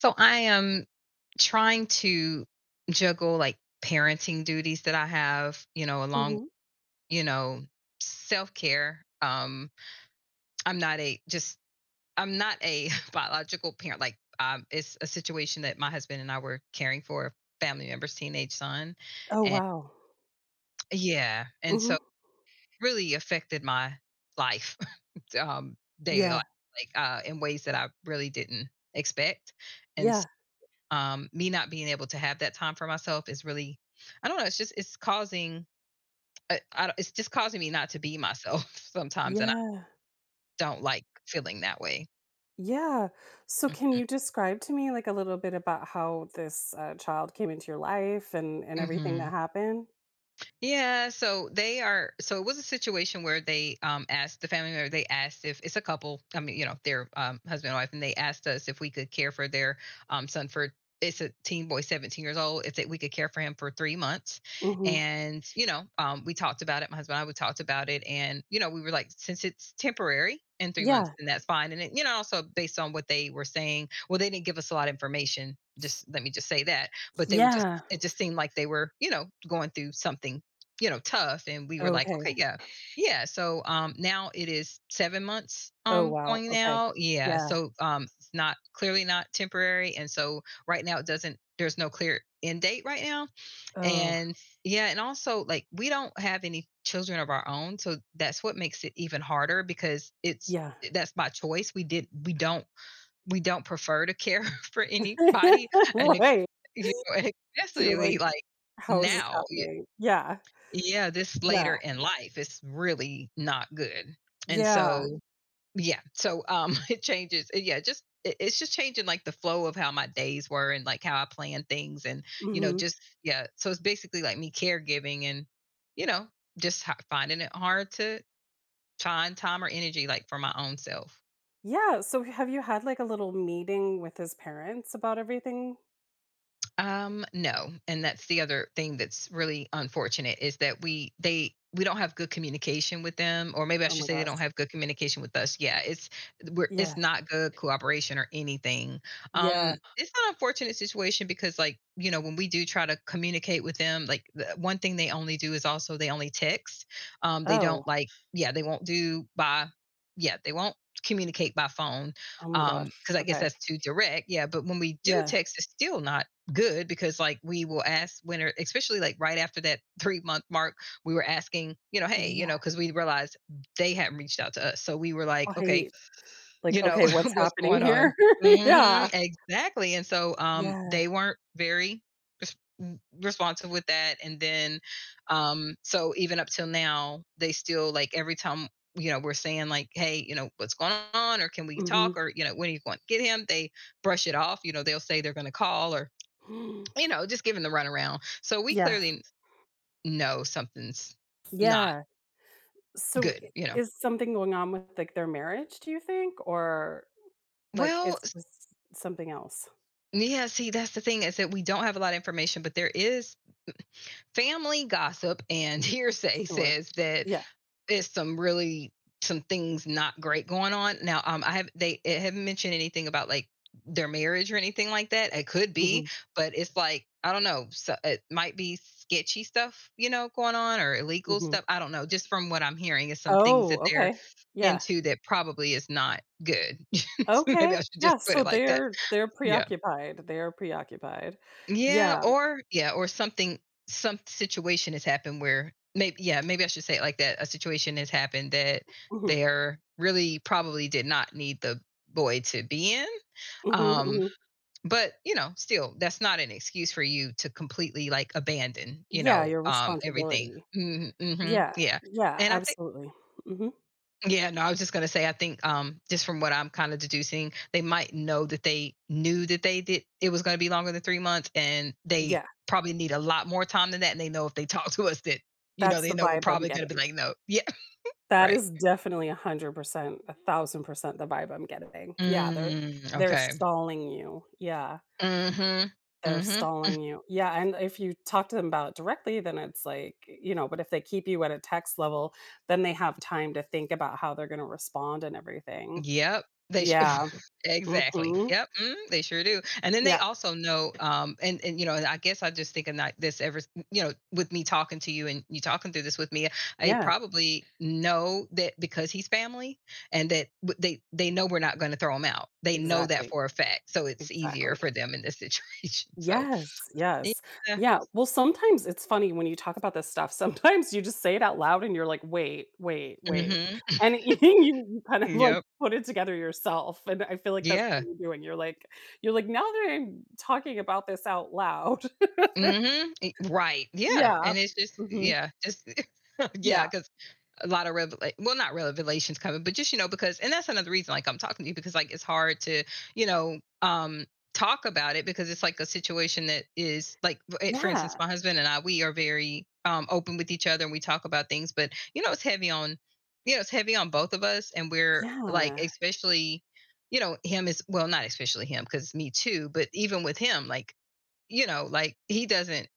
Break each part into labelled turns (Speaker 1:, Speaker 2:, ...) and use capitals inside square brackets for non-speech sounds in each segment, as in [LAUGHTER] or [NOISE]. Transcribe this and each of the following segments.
Speaker 1: So I am trying to juggle, like, parenting duties that I have, along,
Speaker 2: Mhm.
Speaker 1: you know, self-care. I'm not a just I'm not a [LAUGHS] biological parent, like it's a situation that my husband and I were caring for a family member's teenage son,
Speaker 2: Oh,
Speaker 1: and
Speaker 2: wow.
Speaker 1: yeah, and so
Speaker 2: Mhm.
Speaker 1: it really affected my life, [LAUGHS] um daily life,
Speaker 2: Yeah,
Speaker 1: like in ways that I really didn't expect. And
Speaker 2: yeah,
Speaker 1: me not being able to have that time for myself is really, I don't know, it's just, it's causing, it's just causing me not to be myself [LAUGHS] sometimes. And I
Speaker 2: yeah,
Speaker 1: don't like feeling that way.
Speaker 2: yeah. So can you describe to me, like, a little bit about how this, child came into your life and everything that
Speaker 1: Hmm.
Speaker 2: happened?
Speaker 1: Yeah, so they are. So it was a situation where they asked the family member. They asked if it's a couple. I mean, you know, their, husband and wife, and they asked us if we could care for their, son for. It's a teen boy, 17 years old. If they, we could care for him for 3 months,
Speaker 2: Mhm.
Speaker 1: and, you know, we talked about it. My husband and I we talked about it, and, you know, we were like, since it's temporary in 3 months,
Speaker 2: Yeah,
Speaker 1: then that's fine. And it, you know, also based on what they were saying, well, they didn't give us a lot of information. Just let me just say that, but they were just
Speaker 2: yeah.
Speaker 1: it just seemed like they were, you know, going through something, you know, tough, and we were like,
Speaker 2: Okay.
Speaker 1: "Okay, yeah." Yeah, so, now it is 7 months,
Speaker 2: Oh, wow.
Speaker 1: going
Speaker 2: Okay.
Speaker 1: now. Yeah,
Speaker 2: Yeah.
Speaker 1: so, it's not, clearly not temporary, and so right now it doesn't there's no clear end date right now,
Speaker 2: Oh,
Speaker 1: and yeah, and also, like, we don't have any children of our own, so that's what makes it even harder, because it's
Speaker 2: yeah.
Speaker 1: that's by choice, we don't prefer to care [LAUGHS] for anybody,
Speaker 2: [LAUGHS]
Speaker 1: and it's,
Speaker 2: Right.
Speaker 1: you know, [LAUGHS]
Speaker 2: So you're like,
Speaker 1: especially, like,
Speaker 2: "How is this
Speaker 1: now.
Speaker 2: happening?" Yeah,
Speaker 1: Yeah, this
Speaker 2: yeah,
Speaker 1: later in life, it's really not good. And
Speaker 2: yeah.
Speaker 1: so, yeah, so, [LAUGHS] it changes yeah, just it's just changing, like, the flow of how my days were and, like, how I plan things and, you know,
Speaker 2: Mhm.
Speaker 1: just yeah, so it's basically, like, me caregiving and, you know, just ho finding it hard to find time or energy, like, for my own self.
Speaker 2: Yeah, so have you had, like, a little meeting with his parents about everything?
Speaker 1: No, and that's the other thing that's really unfortunate, is that we don't have good communication with them, or maybe I
Speaker 2: Oh
Speaker 1: should
Speaker 2: my
Speaker 1: say they
Speaker 2: gosh.
Speaker 1: don't have good communication with us. Yeah, it's we're,
Speaker 2: Yeah.
Speaker 1: it's not good cooperation or anything.
Speaker 2: Yeah.
Speaker 1: It's an unfortunate situation, because, like, you know, when we do try to communicate with them, like, the one thing they only do is, also, they only text. They
Speaker 2: Oh.
Speaker 1: don't, like, yeah they won't do by yeah they won't communicate by phone,
Speaker 2: Oh my gosh.
Speaker 1: because I guess
Speaker 2: Okay.
Speaker 1: that's too direct. Yeah, but when we do
Speaker 2: Yeah.
Speaker 1: text, it's still not good, because, like, we will ask winner, especially, like, right after that [LAUGHS] 3-month mark, we were asking, you know, hey, you
Speaker 2: Yeah.
Speaker 1: know, because we realized they hadn't reached out to us, so we were like, okay,
Speaker 2: Right. Like,
Speaker 1: you know,
Speaker 2: okay, what's
Speaker 1: [LAUGHS] what's
Speaker 2: happening
Speaker 1: going on?
Speaker 2: here? [LAUGHS]
Speaker 1: Hmm,
Speaker 2: Yeah.
Speaker 1: exactly. And so
Speaker 2: Yeah.
Speaker 1: they weren't very res- mm, responsive with that. And then so, even up till now, they still, like, every time, you know, we're saying, like, hey, you know, what's going on, or can we talk,
Speaker 2: Mhm.
Speaker 1: or, you know, when are you going to get him, they brush it off. You know, they'll say they're going to call, or, you
Speaker 2: [GASPS]
Speaker 1: know, just giving the runaround. So we
Speaker 2: Yeah.
Speaker 1: clearly know something's not
Speaker 2: Yeah. So I
Speaker 1: good, you know.
Speaker 2: is something going on with, like, their marriage, do you think? Or, like,
Speaker 1: Well,
Speaker 2: it's just something else?
Speaker 1: yeah, see, that's the thing, is that we don't have a lot of information, but there is family gossip and [LAUGHS] hearsay
Speaker 2: Sure.
Speaker 1: says that,
Speaker 2: Yeah.
Speaker 1: is some really, some things not great going on. Now, I have they it haven't mentioned anything about, like, their marriage or anything like that. It could be,
Speaker 2: Mhm.
Speaker 1: but it's like I don't know. So it might be sketchy stuff, you know, going on, or illegal
Speaker 2: Mhm.
Speaker 1: stuff. I don't know. Just from what I'm hearing, is some things
Speaker 2: Oh,
Speaker 1: that they're
Speaker 2: okay. Yeah.
Speaker 1: into that probably is not good. [LAUGHS] Maybe I
Speaker 2: Okay.
Speaker 1: should just
Speaker 2: Yeah,
Speaker 1: put
Speaker 2: so
Speaker 1: it like that.
Speaker 2: they're
Speaker 1: Yeah.
Speaker 2: preoccupied. They're preoccupied.
Speaker 1: Yeah,
Speaker 2: Yeah.
Speaker 1: or yeah, or something, some situation has happened where, maybe, yeah, maybe I should say it like that. A situation has happened that
Speaker 2: Mhm.
Speaker 1: they're really probably did not need the boy to be in.
Speaker 2: Mhm,
Speaker 1: Um,
Speaker 2: mhm.
Speaker 1: but, you know, still that's not an excuse for you to completely, like, abandon, you
Speaker 2: Yeah,
Speaker 1: know,
Speaker 2: your
Speaker 1: everything.
Speaker 2: responsibility.
Speaker 1: Hmm, hmm,
Speaker 2: Yeah,
Speaker 1: yeah.
Speaker 2: yeah,
Speaker 1: And I think
Speaker 2: absolutely. Mhm.
Speaker 1: yeah, no, I was just gonna say, I think, just from what I'm kind of deducing, they might know that they knew that they did it was gonna be longer than 3 months, and they
Speaker 2: Yeah,
Speaker 1: probably need a lot more time than that. And they know if they talk to us that, you know,
Speaker 2: that's
Speaker 1: they
Speaker 2: the
Speaker 1: know we're
Speaker 2: vibe I'm
Speaker 1: probably gonna be
Speaker 2: getting.
Speaker 1: like, no, yeah, [LAUGHS]
Speaker 2: That
Speaker 1: right.
Speaker 2: is definitely 100%, a 1,000% the vibe I'm getting. Yeah, they're
Speaker 1: Mm,
Speaker 2: they're
Speaker 1: okay.
Speaker 2: stalling you. Yeah,
Speaker 1: Mm-hmm.
Speaker 2: they're
Speaker 1: Mm-hmm.
Speaker 2: stalling you. Yeah, and if you talk to them about it directly, then it's like, you know, but if they keep you at a text level, then they have time to think about how they're gonna respond and everything.
Speaker 1: Yep. They sh
Speaker 2: Yeah.
Speaker 1: [LAUGHS] exactly.
Speaker 2: Mhm.
Speaker 1: Yep, mhm, they sure do, and then they
Speaker 2: Yeah,
Speaker 1: also know, you know, and I guess I just thinking, like, this ever s you know, with me talking to you and you talking through this with me, I
Speaker 2: yeah,
Speaker 1: probably know that, because he's family, and that w they know we're not gonna throw him out. They know that
Speaker 2: exactly,
Speaker 1: for a fact, so it's easier
Speaker 2: exactly.
Speaker 1: for them in this [LAUGHS] situation, so
Speaker 2: Yes, yes.
Speaker 1: yeah.
Speaker 2: Yeah, well, sometimes it's funny when you talk about this stuff, sometimes you just say it out loud and you're like, "Wait, wait, wait,"
Speaker 1: Mhm.
Speaker 2: and [LAUGHS] you kind of, like,
Speaker 1: Yep.
Speaker 2: put it together yourself, and I feel like that's
Speaker 1: Yeah.
Speaker 2: what you're doing, you're like, "Now that I'm talking about this out loud" [LAUGHS]
Speaker 1: Mhm. E right. Yeah,
Speaker 2: Yeah.
Speaker 1: and it's just
Speaker 2: Mhm.
Speaker 1: yeah, just [LAUGHS]
Speaker 2: Yeah.
Speaker 1: yeah, because a lot of well, not revelations coming, but just, you know, because, and that's another reason, like, I'm talking to you, because, like, it's hard to, you know, talk about it, because it's like a situation that is, like, for instance,
Speaker 2: Yeah.
Speaker 1: my husband and I, we are very, open with each other and we talk about things, but, you know, it's heavy on you know, it's heavy on both of us, and we're like,
Speaker 2: Yeah.
Speaker 1: especially, you know, him is, well, not especially him, because me too, but even with him, like, you know, like, he doesn't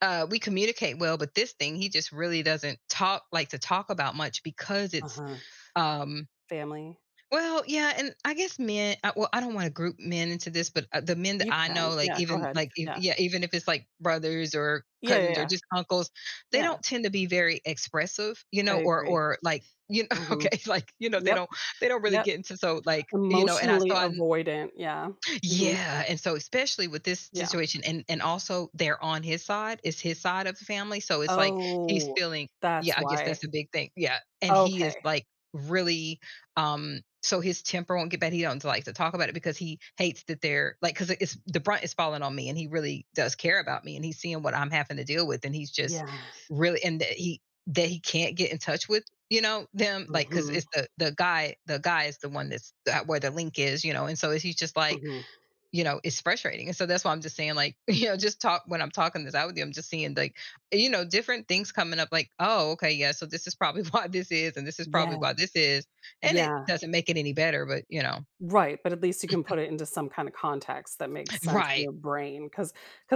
Speaker 1: we communicate well, but this thing he just really doesn't talk, like, to talk about much, because it's
Speaker 2: Uh-huh.
Speaker 1: um
Speaker 2: Family.
Speaker 1: well, yeah. And I guess, men. Well, I don't want to group men into this, but the men that
Speaker 2: You
Speaker 1: I
Speaker 2: can.
Speaker 1: know, like,
Speaker 2: Yeah, go
Speaker 1: even,
Speaker 2: ahead.
Speaker 1: like, if,
Speaker 2: Yeah.
Speaker 1: yeah, even if it's, like, brothers or
Speaker 2: Yeah, yeah,
Speaker 1: cousins or
Speaker 2: yeah.
Speaker 1: just uncles, they
Speaker 2: Yeah,
Speaker 1: don't tend to be very expressive, you
Speaker 2: I
Speaker 1: know,
Speaker 2: agree.
Speaker 1: or like, you know, [LAUGHS] okay,
Speaker 2: Mhm.
Speaker 1: like, you know,
Speaker 2: Yep,
Speaker 1: they don't really
Speaker 2: yep.
Speaker 1: get into, so, like, you know, and
Speaker 2: Emotionally
Speaker 1: I
Speaker 2: avoidant, yeah. Mhm.
Speaker 1: yeah. And so, especially with this
Speaker 2: Yeah.
Speaker 1: situation, and also they're on his side, it's his side of the family, so it's like he's
Speaker 2: Oh,
Speaker 1: feeling, yeah,
Speaker 2: that's
Speaker 1: I guess
Speaker 2: why.
Speaker 1: that's a big thing. Yeah, and he is,
Speaker 2: Okay.
Speaker 1: like, really, so his temper won't get bad, he don't like to talk about it, because he hates that they're, like, because it's, the brunt is falling on me, and he really does care about me, and he's seeing what I'm having to deal with, and he's just
Speaker 2: Yeah.
Speaker 1: really, and that he can't get in touch with, you know, them, like, because
Speaker 2: Mhm,
Speaker 1: it's the guy is the one that's that, where the link is, you know, and so he's just like,
Speaker 2: mhm.
Speaker 1: you know, it's frustrating. And so that's why I'm just saying, like, [LAUGHS] you know, just talk, when I'm talking this out with you, I'm just seeing, like, you know, different things coming up, like, oh, okay, yeah, so this is probably [LAUGHS] why this is, and this is probably
Speaker 2: Yeah,
Speaker 1: why this is. And it
Speaker 2: yeah.
Speaker 1: doesn't make it any better, but, you know,
Speaker 2: Right, but at least you can put it into some kinda context that makes sense in
Speaker 1: right.
Speaker 2: your because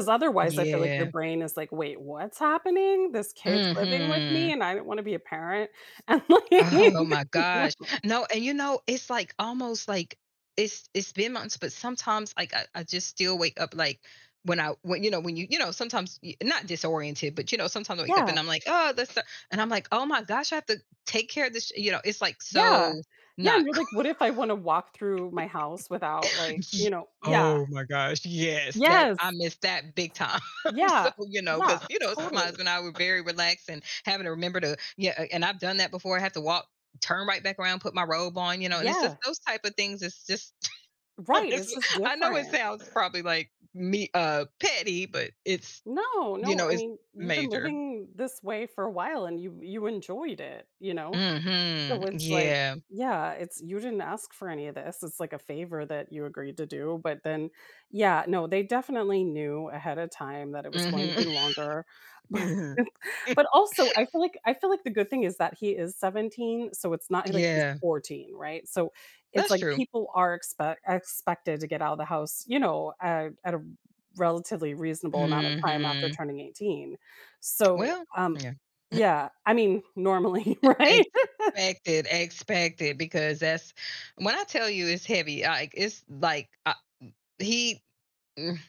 Speaker 2: otherwise I feel like your
Speaker 1: Yeah.
Speaker 2: brain is like, "Wait, what's happening? This kid's living with me
Speaker 1: Hmm.
Speaker 2: and I do not wanna be a parent," [LAUGHS] and like,
Speaker 1: Oh my
Speaker 2: [LAUGHS] you know?
Speaker 1: gosh. No, and you know, it's like almost like it's been months, but sometimes, like, I just still wake up, like, when I when you know, when you know, sometimes, not disoriented, but, you know, sometimes I wake up
Speaker 2: Yeah,
Speaker 1: and I'm like, oh, that's the, and I'm like, oh my gosh, I have to take care of this sh-, you know, it's like,
Speaker 2: yeah.
Speaker 1: so
Speaker 2: Yeah,
Speaker 1: not
Speaker 2: and you're like, "What if I wanna walk through my house without, like" you
Speaker 1: Ye,
Speaker 2: know? Yeah.
Speaker 1: oh my gosh, yes, that I
Speaker 2: Yes.
Speaker 1: missed that big time. [LAUGHS] So,
Speaker 2: Yeah.
Speaker 1: you know,
Speaker 2: Yeah,
Speaker 1: because, you know, my
Speaker 2: totally.
Speaker 1: husband and I were very relaxed, and having to remember to, yeah, and I've done that before. I have to walk, turn right back around, put my robe on, you know, and it's
Speaker 2: Yeah.
Speaker 1: just those type of things, it's just [LAUGHS]
Speaker 2: Right,
Speaker 1: it's,
Speaker 2: it's just
Speaker 1: I know it
Speaker 2: different.
Speaker 1: sounds probably, like, me, petty, but it's,
Speaker 2: No,
Speaker 1: you
Speaker 2: no,
Speaker 1: know,
Speaker 2: I
Speaker 1: it's
Speaker 2: mean, you've been
Speaker 1: major.
Speaker 2: living this way for a while and you enjoyed it, you know?
Speaker 1: Mhm.
Speaker 2: So it's like,
Speaker 1: Yeah.
Speaker 2: yeah, it's you didn't ask for any of this. It's like a favor that you agreed to do. But then, yeah, no, they definitely knew ahead of time that it was going to
Speaker 1: Mhm.
Speaker 2: be longer. [LAUGHS] But,
Speaker 1: [LAUGHS]
Speaker 2: but also, I feel like the good thing is that he is 17, so it's not like he's
Speaker 1: Yeah.
Speaker 2: 14, right? So it's
Speaker 1: That's
Speaker 2: like
Speaker 1: true.
Speaker 2: people are expected to get out of the house, you know, at a relatively reasonable amount of time after
Speaker 1: Mhm.
Speaker 2: turning 18. So,
Speaker 1: Well,
Speaker 2: um,
Speaker 1: yeah.
Speaker 2: yeah, I mean, normally, [LAUGHS] right?
Speaker 1: Expected, expected, because that's, when I tell you it's heavy, like, it's like, he, mm,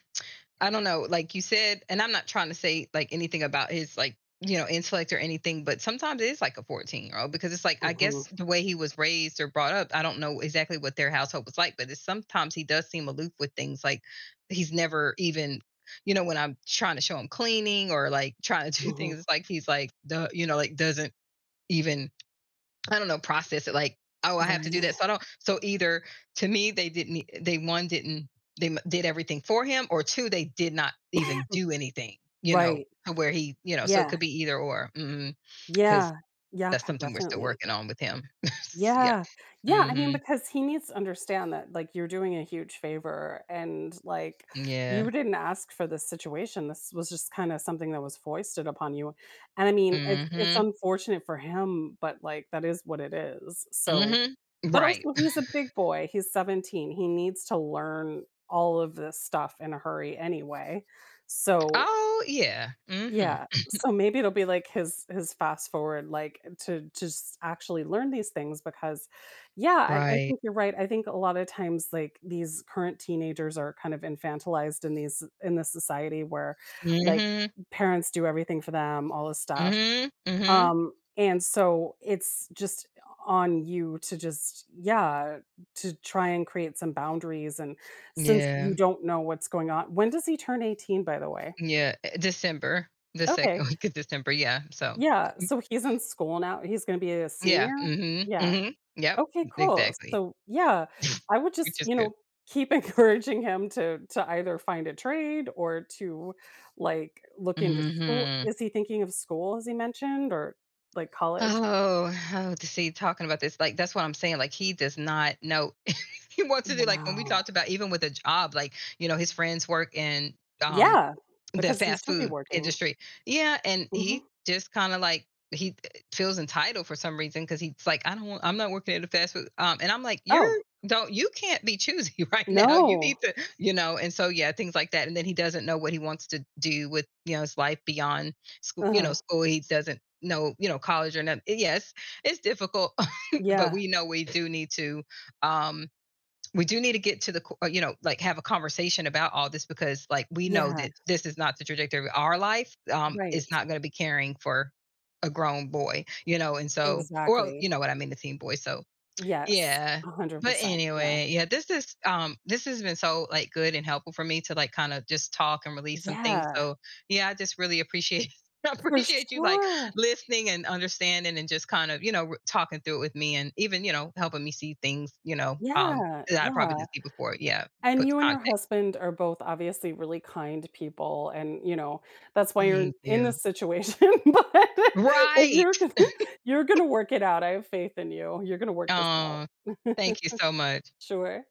Speaker 1: I don't know, like you said, and I'm not trying to say, like, anything about his, like, you know, intellect or anything, but sometimes it is like a 14-year-old, because it's like, I guess
Speaker 2: Mhm.
Speaker 1: the way he was raised or brought up, I don't know exactly what their household was like, but it's, sometimes he does seem aloof with things, like, he's never even, you know, when I'm trying to show him cleaning, or, like, trying to do [LAUGHS]
Speaker 2: Mhm.
Speaker 1: things, it's like he's like, the, you know, like, doesn't even, I don't know, process it like, oh, I have to do
Speaker 2: Right.
Speaker 1: that. So I don't. So either, to me, they didn't. They, one, didn't. Did everything for him, or, two, they did not even do anything. You know,
Speaker 2: Right.
Speaker 1: to where he, you know, so it
Speaker 2: Yeah.
Speaker 1: could be either or. Because
Speaker 2: Yeah. Yeah,
Speaker 1: that's
Speaker 2: could
Speaker 1: something we're still
Speaker 2: definitely.
Speaker 1: working on with him. [LAUGHS] Yeah.
Speaker 2: Yeah. Yeah, I mean,
Speaker 1: Hmm.
Speaker 2: because he needs to understand that, like, you're doing a huge favor and, like, you
Speaker 1: Yeah.
Speaker 2: didn't ask for this situation. This was just kinda something that was foisted upon you, and I mean, it's
Speaker 1: Hmm,
Speaker 2: unfortunate for him, but, like, that is what it is, so
Speaker 1: hmm.
Speaker 2: but
Speaker 1: Right.
Speaker 2: also he's
Speaker 1: [LAUGHS]
Speaker 2: a big boy, he's 17, he needs to learn all of this stuff in a hurry anyway, so
Speaker 1: Oh yeah. Hmm.
Speaker 2: Yeah, so maybe it'll be like his fast forward, like, to just actually learn these things because yeah, I
Speaker 1: Right.
Speaker 2: think you're right, I think a lot of times, like, these current teenagers are kind of infantilized in this society where, like,
Speaker 1: Hmm,
Speaker 2: parents do everything for them, all this stuff,
Speaker 1: hmm, hmm.
Speaker 2: and so it's just on you to just yeah, to try and create some boundaries, and since you
Speaker 1: Yeah.
Speaker 2: don't know what's going on when does he turn 18, by the way?
Speaker 1: Yeah. Eh, December, the
Speaker 2: Okay.
Speaker 1: second [LAUGHS] week of December. Yeah. So.
Speaker 2: Yeah, so he's in school now, he's gonna be a
Speaker 1: Yeah,
Speaker 2: senior?
Speaker 1: mhm,
Speaker 2: Yeah.
Speaker 1: mhm, yep,
Speaker 2: Okay, cool.
Speaker 1: exactly.
Speaker 2: So, yeah,
Speaker 1: [LAUGHS]
Speaker 2: I would
Speaker 1: Which
Speaker 2: just,
Speaker 1: is
Speaker 2: you
Speaker 1: good.
Speaker 2: know, keep [LAUGHS] encouraging him to either find a trade or to, like, look into school.
Speaker 1: Mhm.
Speaker 2: Is he thinking of school, as he mentioned, or, like, college?
Speaker 1: Oh, oh, to see, talking about this, like, that's what I'm saying, like, he does not know [LAUGHS] he wants to do, like, when we
Speaker 2: Wow.
Speaker 1: talked about, even with a job, like, you know, his friends work in, um,
Speaker 2: Yeah,
Speaker 1: the
Speaker 2: because he
Speaker 1: fast
Speaker 2: should be
Speaker 1: food
Speaker 2: working.
Speaker 1: industry. Yeah, and
Speaker 2: Mhm.
Speaker 1: he just kinda, like, he feels entitled for some reason, because he's like, "I don't want I'm not working at a fast food," and I'm like,
Speaker 2: Oh,
Speaker 1: "You're don't, you can't be choosy [LAUGHS] right now, you need
Speaker 2: no.
Speaker 1: to," you know, and so, yeah, things like that, and then he doesn't know what he wants to do with, you know, his life beyond school, you know,
Speaker 2: Uh-huh.
Speaker 1: school, he doesn't know, you know, college or not, yes, it's difficult, [LAUGHS] but
Speaker 2: Yeah,
Speaker 1: we know we do need to, um, we do need to get to the, you know, like, have a conversation about all this, because, like, we know
Speaker 2: yeah,
Speaker 1: that this is not the trajectory of our life, it's
Speaker 2: right.
Speaker 1: not going to be caring for a grown boy, you know, and so, or,
Speaker 2: Exactly.
Speaker 1: you know what I mean, the teen boy, so
Speaker 2: Yes,
Speaker 1: yeah. But
Speaker 2: 100%, yeah.
Speaker 1: anyway, yeah, this is, this has been so, like, good and helpful for me to, like, kind of just talk and release some things.
Speaker 2: Yeah.
Speaker 1: So yeah, I just really appreciate, [LAUGHS] I
Speaker 2: For
Speaker 1: appreciate you, like,
Speaker 2: sure.
Speaker 1: listening and understanding and just kind of, you know, talking through it with me, and even, you know, helping me see things, you know,
Speaker 2: Yeah,
Speaker 1: that I probably
Speaker 2: yeah,
Speaker 1: didn't see before. Yeah,
Speaker 2: and
Speaker 1: put
Speaker 2: you and your
Speaker 1: context.
Speaker 2: husband are both obviously really kind people and, you know, that's why you're
Speaker 1: Thank
Speaker 2: in
Speaker 1: you.
Speaker 2: this situation, [LAUGHS] but you're
Speaker 1: Right.
Speaker 2: gonna you're gonna work it out. I have faith in you. You're gonna work this out.
Speaker 1: Um,
Speaker 2: [LAUGHS]
Speaker 1: thank you so much.
Speaker 2: Sure.